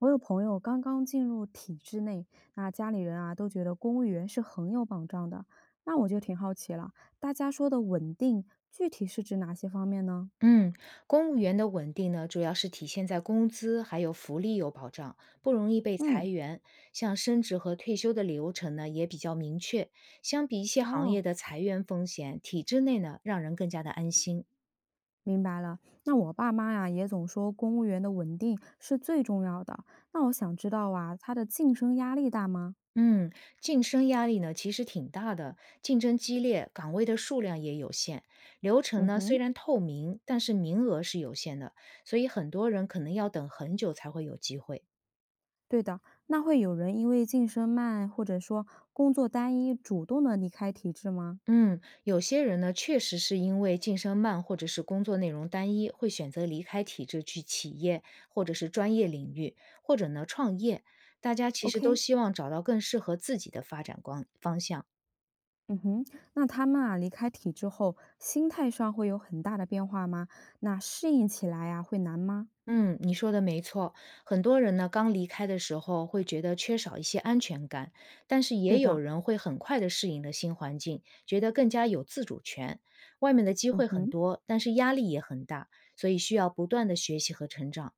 我有朋友刚刚进入体制内，那家里人啊都觉得公务员是很有保障的，那我就挺好奇了，大家说的稳定，具体是指哪些方面呢？嗯，公务员的稳定呢，主要是体现在工资还有福利有保障，不容易被嗯。裁员。像升职和退休的流程呢，也比较明确。相比一些行哦，业的裁员风险，体制内呢，让人更加的安心。明白了。那我爸妈呀也总说公务员的稳定是最重要的，那我想知道啊，他的晋升压力大吗？嗯，晋升压力呢，其实挺大的，竞争激烈，岗位的数量也有限。流程嗯呢，虽哼。然透明，但是名额是有限的，所以很多人可能要等很久才会有机会。对的，那会有人因为晋升慢或者说工作单一主动的离开体制吗嗯，有些人呢，确实是因为晋升慢或者是工作内容单一，会选择离开体制去企业或者是专业领域，或者呢创业。大家其实都？OK。希望找到更适合自己的发展光方向。嗯哼。那他们啊离开体制后，心态上会有很大的变化吗？那适应起来呀、会难吗？嗯，你说的没错，很多人呢刚离开的时候会觉得缺少一些安全感，但是对也有的。人会很快的适应了新环境，觉得更加有自主权。外面的机嗯会很哼。多，但是压力也很大，所以需要不断的学习和成长。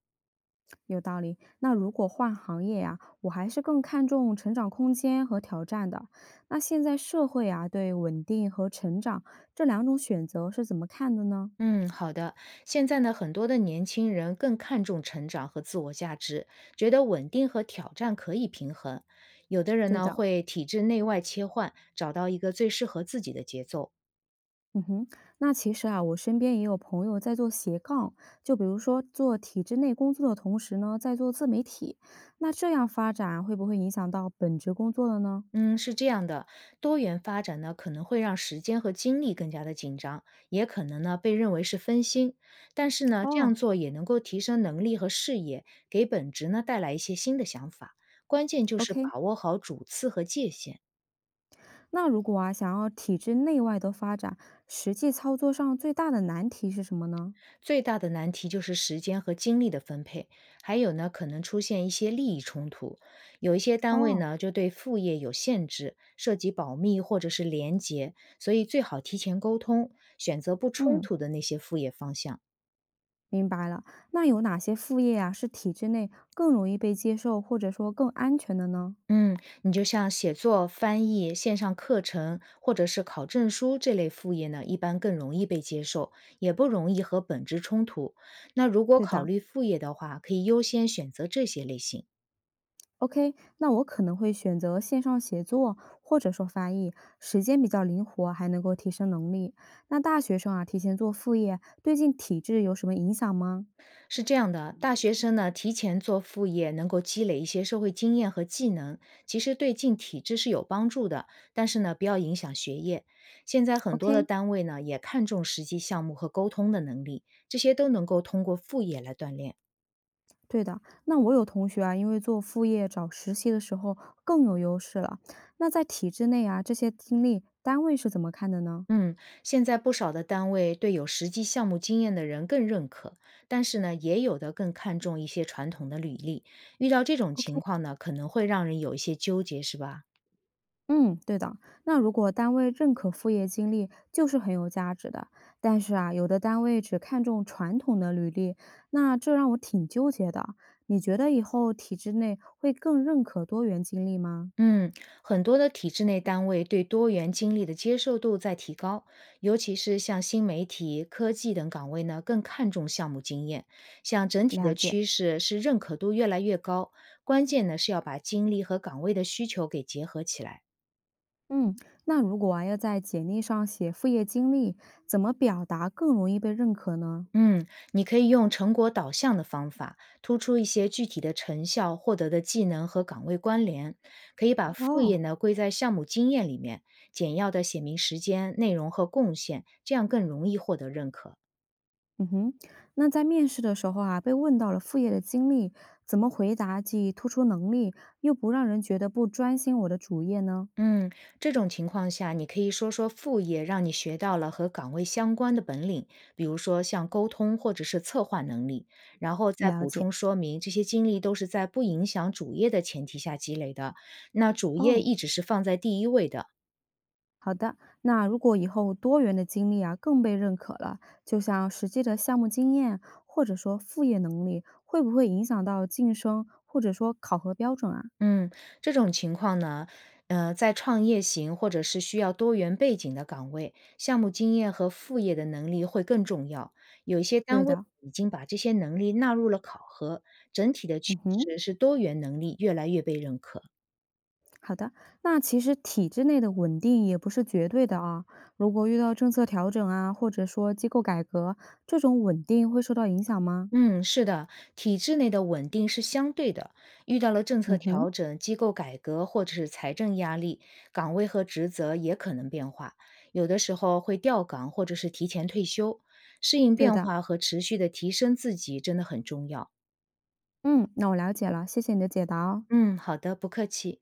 有道理。那如果换行业呀、我还是更看重成长空间和挑战的。那现在社会啊对稳定和成长这两种选择是怎么看的呢？嗯，好的。现在呢，很多的年轻人更看重成长和自我价值，觉得稳定和挑战可以平衡。有的人对呢，的。会体制内外切换，找到一个最适合自己的节奏。嗯哼。那其实啊，我身边也有朋友在做斜杠，就比如说做体制内工作的同时呢，在做自媒体，那这样发展啊会不会影响到本职工作了呢？嗯，是这样的，多元发展呢，可能会让时间和精力更加的紧张，也可能呢被认为是分心。但是呢，这哦样做也能够提升能力和视野，给本职呢带来一些新的想法。关键就是，OK。把握好主次和界限。那如果啊想要体制内外的发展，实际操作上最大的难题是什么呢？最大的难题就是时间和精力的分配，还有呢，可能出现一些利益冲突。有一些单位哦。呢，就对副业有限制，涉及保密或者是廉洁，所以最好提前沟通，选择不冲嗯，突的那些副业方向。明白了。那有哪些副业啊是体制内更容易被接受，或者说更安全的呢？嗯，你就像写作、翻译、线上课程或者是考证书这类副业呢，一般更容易被接受，也不容易和本职冲突。那如果对考的。虑副业的话，可以优先选择这些类型。OK，那我可能会选择线上写作，或者说翻译，时间比较灵活，还能够提升能力。那大学生啊，提前做副业，对进体制有什么影响吗是这样的，大学生呢提前做副业，能够积累一些社会经验和技能，其实对进体制是有帮助的。但是呢，不要影响学业。现在很多的？OK。单位呢也看重实际项目和沟通的能力，这些都能够通过副业来锻炼。对的。那我有同学啊，因为做副业找实习的时候更有优势了。那在体制内啊，这些经历单位是怎么看的呢嗯，现在不少的单位对有实际项目经验的人更认可，但是呢，也有的更看重一些传统的履历。遇到这种？OK。情况呢，可能会让人有一些纠结，是吧？嗯，对的。那如果单位认可副业经历，就是很有价值的。但是啊，有的单位只看重传统的履历，那这让我挺纠结的。你觉得以后体制内会更认可多元经历吗？嗯，很多的体制内单位对多元经历的接受度在提高，尤其是像新媒体、科技等岗位呢，更看重项目经验。像整体了的解。趋势是认可度越来越高，关键呢是要把经历和岗位的需求给结合起来。嗯，那如果啊要在简历上写副业经历，怎么表达更容易被认可呢？嗯，你可以用成果导向的方法，突出一些具体的成效获得的技能和岗位关联，可以把副业哦。呢归在项目经验里面，简要的写明时间、内容和贡献，这样更容易获得认可。嗯哼。那在面试的时候啊，被问到了副业的经历，怎么回答既突出能力，又不让人觉得不专心我的主业呢？嗯，这种情况下，你可以说说副业让你学到了和岗位相关的本领，比如说像沟通或者是策划能力，然后再了补解。充说明这些经历都是在不影响主业的前提下积累的，那主业哦，一直是放在第一位的。好的。那如果以后多元的经历啊更被认可了，就像实际的项目经验或者说副业能力，会不会影响到晋升或者说考核标准啊？嗯，这种情况呢，在创业型或者是需要多元背景的岗位，项目经验和副业的能力会更重要。有一些对单位的。已经把这些能力纳入了考核，整体的嗯趋哼。势是多元能力越来越被认可。好的。那其实体制内的稳定也不是绝对的啊。如果遇到政策调整啊，或者说机构改革，这种稳定会受到影响吗？嗯，是的，体制内的稳定是相对的，遇到了政嗯策哼。调整、机构改革或者是财政压力，岗位和职责也可能变化，有的时候会调岗或者是提前退休，适应对变的。化和持续的提升自己真的很重要。嗯，那我了解了，谢谢你的解答哦。嗯，好的，不客气。